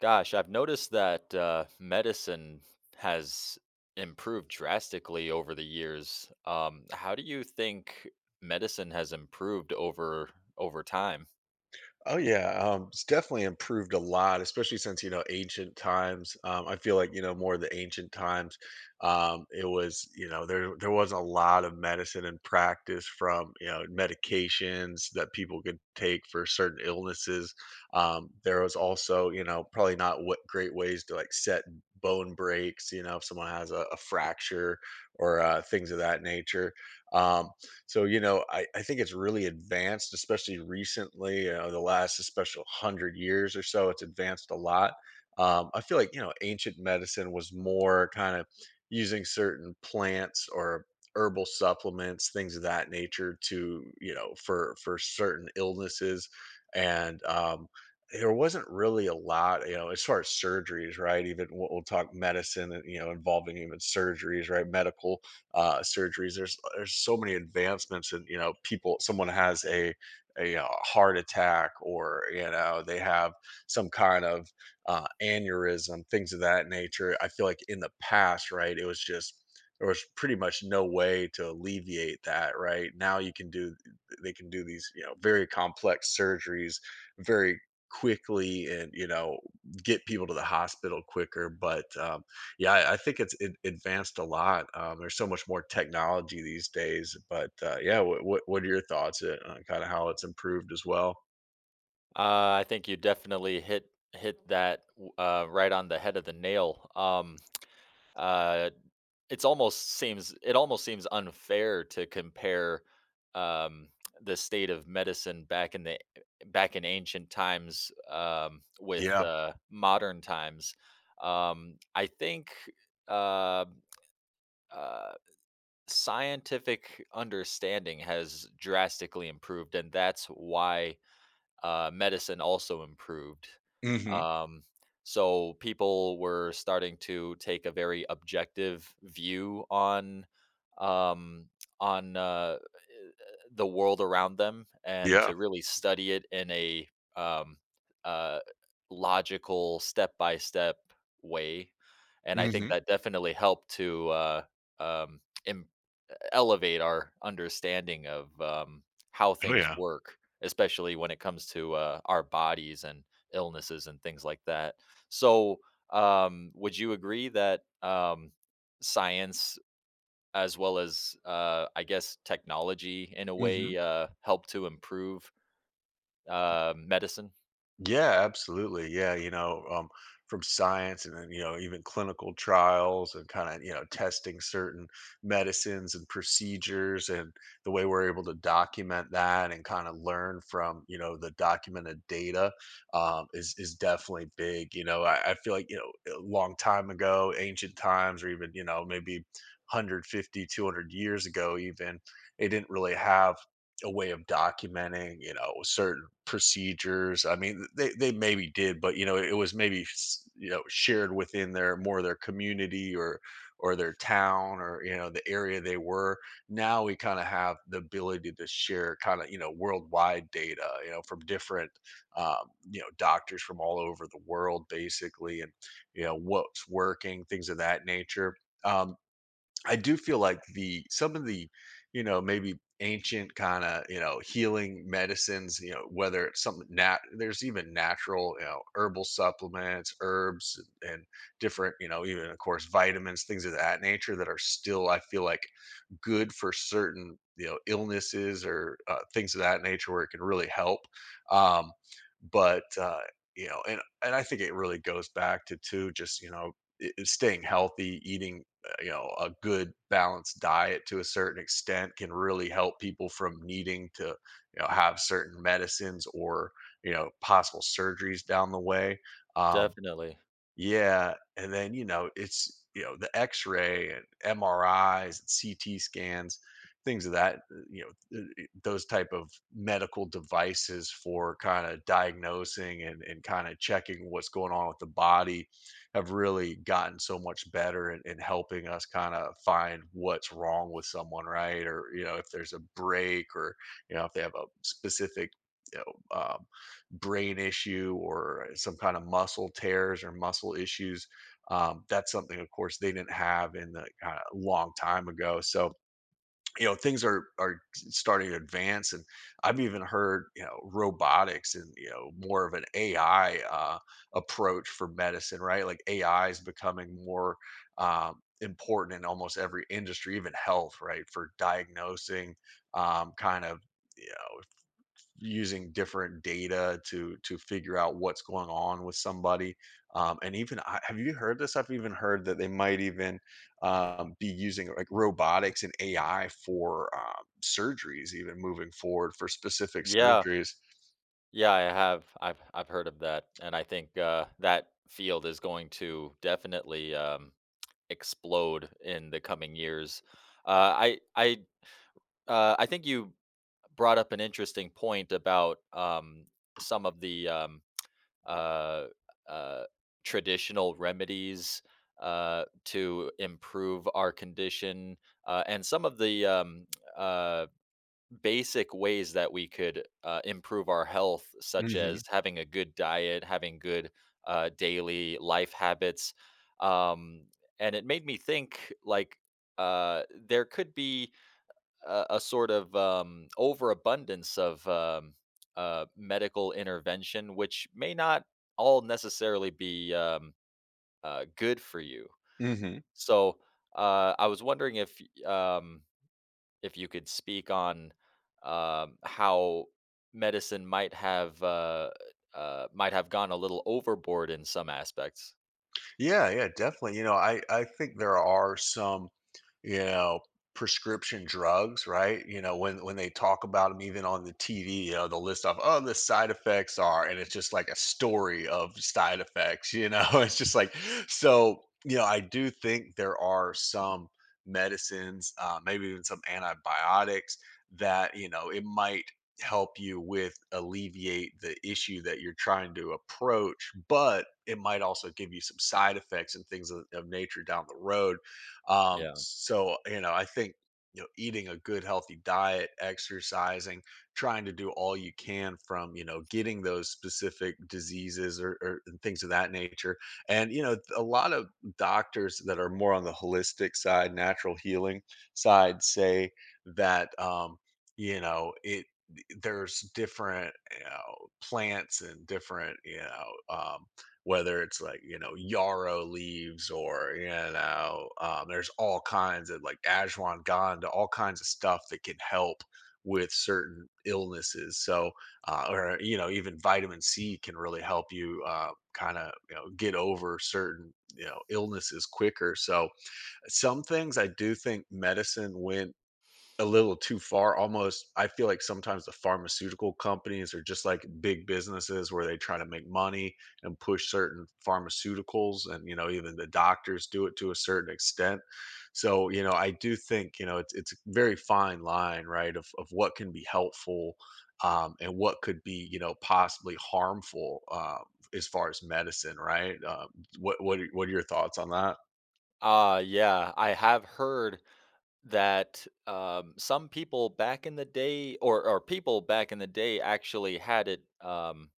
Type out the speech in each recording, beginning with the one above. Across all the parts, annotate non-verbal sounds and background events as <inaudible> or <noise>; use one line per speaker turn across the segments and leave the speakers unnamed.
Gosh, I've noticed that medicine has improved drastically over the years. How do you think medicine has improved over time?
Oh yeah, it's definitely improved a lot, especially since ancient times. I feel like more of the ancient times. It was there wasn't a lot of medicine and practice from medications that people could take for certain illnesses. There was also probably not what great ways to like set bone breaks. You know if someone has a fracture or things of that nature. Um, so I think it's really advanced, especially recently, the last especially 100 years or so, it's advanced a lot. I feel like, you know, ancient medicine was more kind of using certain plants or herbal supplements, things of that nature to, you know, for certain illnesses. And, um, there wasn't really a lot, you know, as far as surgeries, right? Even we'll talk medicine, and, you know, involving even surgeries, right? Medical surgeries. There's so many advancements, and you know, people. Someone has a heart attack, or you know, they have some kind of aneurysm, things of that nature. I feel like in the past, right, it was just there was pretty much no way to alleviate that. Right now, you can do they can do these you know very complex surgeries very quickly and you know get people to the hospital quicker but yeah, I think it's it advanced a lot. There's so much more technology these days, but, yeah, what are your thoughts, on kinda how it's improved as well?
I think you definitely hit that right on the head of the nail. Uh, It's almost seems it almost seems unfair to compare, um, the state of medicine back in ancient times, with,
Yeah.
modern times. I think, uh, uh, scientific understanding has drastically improved, and that's why medicine also improved.
Mhm.
Um, so people were starting to take a very objective view um, on the world around them and
Yeah.
to really study it in a um, uh, logical step by step way. And I think
Mhm.
that definitely helped to um, im- elevate our understanding of, how
Oh,
things
yeah.
work, especially when it comes to, our bodies and illnesses and things like that. So, would you agree that, science as well as, I guess, technology in a
Mhm.
way, help to improve, medicine?
Yeah, absolutely. Yeah, you know, from science and then, you know, even clinical trials and kind of, you know, testing certain medicines and procedures and the way we're able to document that and kind of learn from, you know, the documented data is definitely big. You know, I feel like, you know, a long time ago, ancient times or even, you know, maybe 150, 200 years ago, even, they didn't really have a way of documenting, you know, certain procedures. I mean, they maybe did, but you know, it was maybe you know shared within their community or their town or you know the area they were. Now we kind of have the ability to share kind of you know worldwide data, you know, from different you know doctors from all over the world, basically, and you know what's working, things of that nature. Um, I do feel like the some of the, you know, maybe ancient kind of, you know, healing medicines, you know, whether it's something nat there's even natural, you know, herbal supplements, herbs and different, you know, even of course vitamins, things of that nature that are still, I feel like, good for certain, you know, illnesses or things of that nature where it can really help. Um, but you know, and I think it really goes back to too, just, you know, staying healthy, eating you know, a good balanced diet to a certain extent can really help people from needing to, you know, have certain medicines or, you know, possible surgeries down the way. Um,
Definitely.
yeah, and then, you know, it's you know, the X-ray and MRIs and CT scans, things of that, those type of medical devices for kinda diagnosing and kinda checking what's going on with the body have really gotten so much better in helping us kinda find what's wrong with someone, right? Or, you know, if there's a break or, you know, if they have a specific, you know, brain issue or some kind of muscle tears or muscle issues. That's something, of course, they didn't have in the long time ago. So you know things are starting to advance, and I've even heard you know robotics and you know more of an AI approach for medicine, right? Like AI is becoming more important in almost every industry, even health, right? For diagnosing kind of you know using different data to figure out what's going on with somebody. And even have you heard this? I've even heard that they might even be using like robotics and AI for surgeries, even moving forward for specific
Yeah.
surgeries.
Yeah, I have. I've heard of that, and I think, that field is going to definitely, explode in the coming years. Uh, I I I think you brought up an interesting point about some of the uh, uh, traditional remedies to improve our condition, and some of the uh, basic ways that we could improve our health, such
Hmm.
as having a good diet, having good daily life habits. Um, and it made me think like there could be a sort of overabundance of medical intervention, which may not all necessarily be good for you.
Hmm.
So I was wondering if y- um, if you could speak on how medicine might have gone a little overboard in some aspects.
Yeah, yeah, definitely. You know, I think there are some you know prescription drugs right you know when they talk about them even on the tv you know they'll list off oh the side effects are and it's just like a story of side effects you know <laughs> it's just like so you know I do think there are some medicines maybe even some antibiotics that you know it might help you with alleviate the issue that you're trying to approach but it might also give you some side effects and things of nature down the road
Yeah.
so you know, I think you know, eating a good healthy diet, exercising, trying to do all you can from you know getting those specific diseases or and things of that nature. And you know, a lot of doctors that are more on the holistic side, natural healing side, say that you know it there's different you know plants and different you know whether it's like you know yarrow leaves or you know there's all kinds of like ashwagandha all kinds of stuff that can help with certain illnesses so or you know even vitamin c can really help you kind of you know get over certain you know illnesses quicker so some things I do think medicine went a little too far almost I feel like sometimes the pharmaceutical companies are just like big businesses where they try to make money and push certain pharmaceuticals and you know even the doctors do it to a certain extent so you know I do think you know it's a very fine line right of what can be helpful and what could be you know possibly harmful as far as medicine right what are your thoughts on that?
Yeah, I have heard that some people back in the day, or people back in the day, actually had it.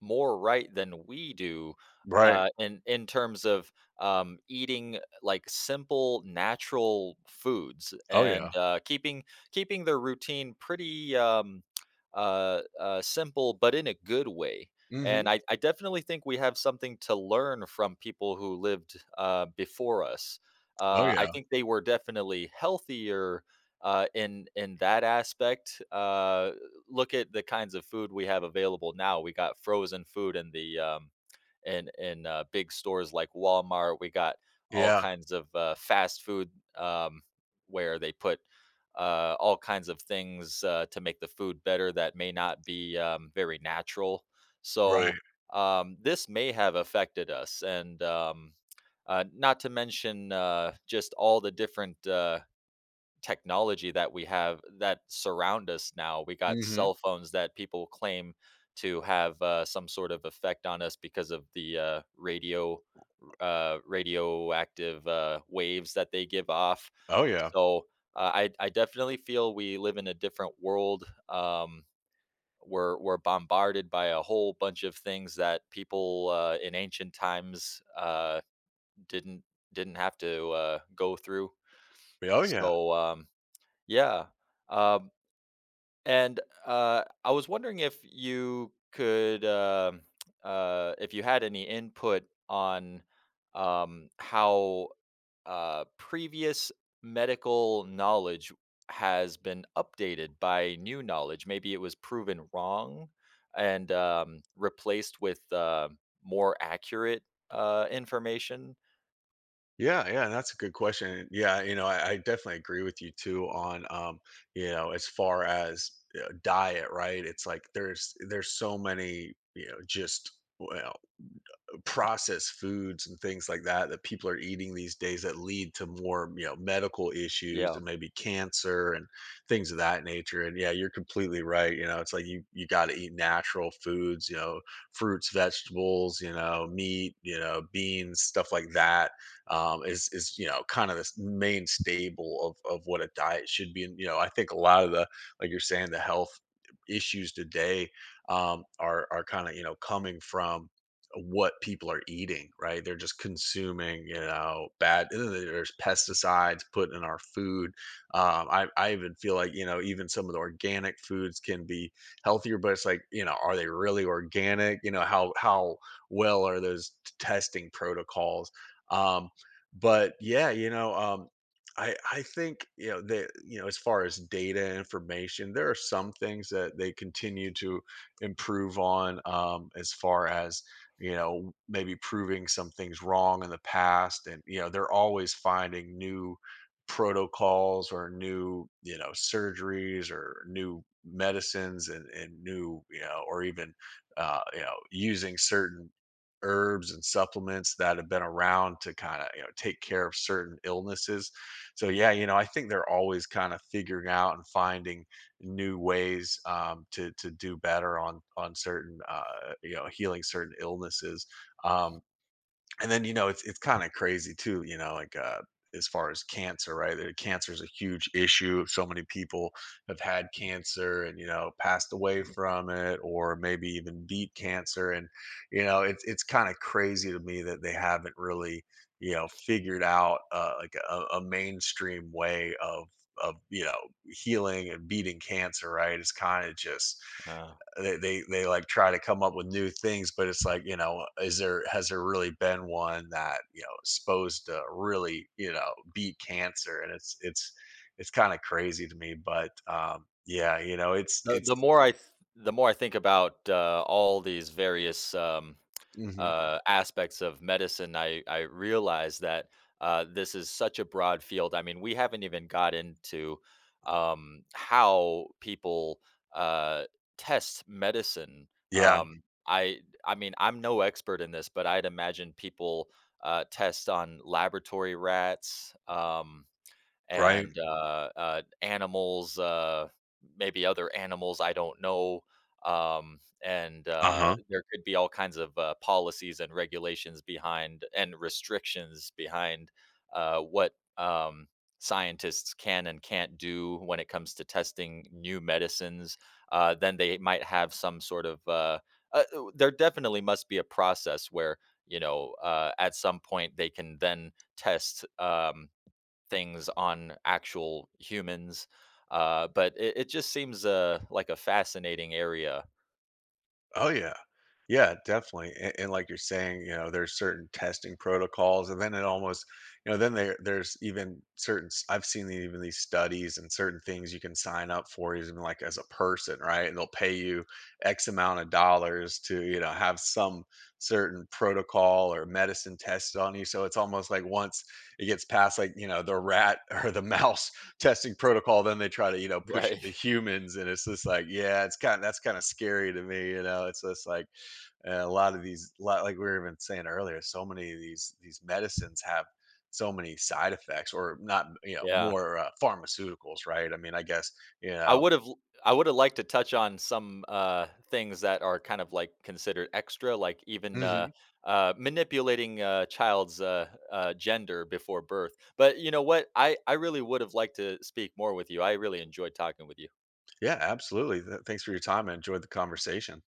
More right than we do
Right.
in terms of eating like simple natural foods
Oh yeah.
and keeping keeping their routine pretty simple, but in a good way.
Hmm.
And I definitely think we have something to learn from people who lived before us.
Oh
I
yeah.
think they were definitely healthier in that aspect. Look at the kinds of food we have available now. We got frozen food in the in big stores like Walmart. We got all
Yeah.
kinds of fast food um, where they put all kinds of things to make the food better that may not be very natural.
Right.
So this may have affected us, and not to mention just all the different. Technology that we have that surround us now. We got
Hmm.
cell phones that people claim to have some sort of effect on us because of the radioactive waves that they give off.
Oh, yeah.
So I definitely feel we live in a different world. Um, we're bombarded by a whole bunch of things that people in ancient times didn't didn't have to go through.
Oh, yeah.
So yeah. Um, and I was wondering if you could, if you had any input on how previous medical knowledge has been updated by new knowledge. Maybe it was proven wrong and replaced with more accurate information.
Yeah, yeah, and that's a good question. Yeah, you know, I definitely agree with you too on, you know, as far as diet, right? It's like there's so many, you know, just well, processed foods and things like that that people are eating these days that lead to more you know medical issues
Yeah.
and maybe cancer and things of that nature and yeah you're completely right you know it's like you got to eat natural foods you know fruits vegetables you know meat you know beans stuff like that is you know kind of the main stable of what a diet should be and you know I think a lot of the like you're saying the health issues today are kind of you know coming from what people are eating, right? They're just consuming, you know, bad there's pesticides put in our food. I even feel like, you know, even some of the organic foods can be healthier, but it's like, you know, are they really organic? You know, how well are those testing protocols? Um, but yeah, you know, I think you know that you know as far as data information there are some things that they continue to improve on as far as you know, maybe proving some things wrong in the past. And, you know, they're always finding new protocols or new, you know, surgeries or new medicines and new, you know, or even, you know, using certain herbs and supplements that have been around to kind of, you know, take care of certain illnesses. So, yeah, you know, I think they're always kind of figuring out and finding new ways to do better on certain you know healing certain illnesses. Um, and then you know it's kind of crazy too you know like as far as cancer right that cancer is a huge issue so many people have had cancer and you know passed away from it or maybe even beat cancer and you know it's kind of crazy to me that they haven't really you know figured out like a mainstream way of you know healing and beating cancer right it's kind of just
Uh,
they like, try to come up with new things, but it's like, you know, is there has there really been one that, you know, is supposed to really, you know, beat cancer? And it's kinda crazy to me, but, yeah, you know, it's
the
it's
more I th- the more I think about all these various
mhm.
aspects of medicine, I realize that this is such a broad field. I mean, we haven't even got into how people uh, test medicine.
Yeah,
I mean, I'm no expert in this, but I'd imagine people test on laboratory rats.
right,
And animals, maybe other animals I don't know. Um, and
uh-huh.
there could be all kinds of policies and regulations behind and restrictions behind what scientists can and can't do when it comes to testing new medicines. Then they might have some sort of there definitely must be a process where you know at some point they can then test things on actual humans. But it just seems like a fascinating area,
Oh, yeah. Yeah, definitely, and like you're saying, you know, there's certain testing protocols, and then it almost you know, then there's even certain s I've seen even these studies and certain things you can sign up for even, like, as a person, right? And they'll pay you X amount of dollars to, you know, have some certain protocol or medicine tested on you, so it's almost like once it gets past, like, you know, the rat <laughs> or the mouse testing protocol, then they try to, you know, push it
right?
to
<laughs>
humans, and it's just like, yeah, it's kind of that's kinda scary to me, you know? It's just like, a lot of these lot like we were even saying earlier, so many of these medicines have so many side effects or not, you know,
Yeah,
more, pharmaceuticals, right? I mean, I guess, you
I
know.
would have I would have liked to touch on some things that are kind of like considered extra, like even
Mhm.
manipulating a child's gender before birth. But you know what? I really would have liked to speak more with you. I really enjoyed talking with you.
Yeah, absolutely. Th thanks for your time. I enjoyed the conversation.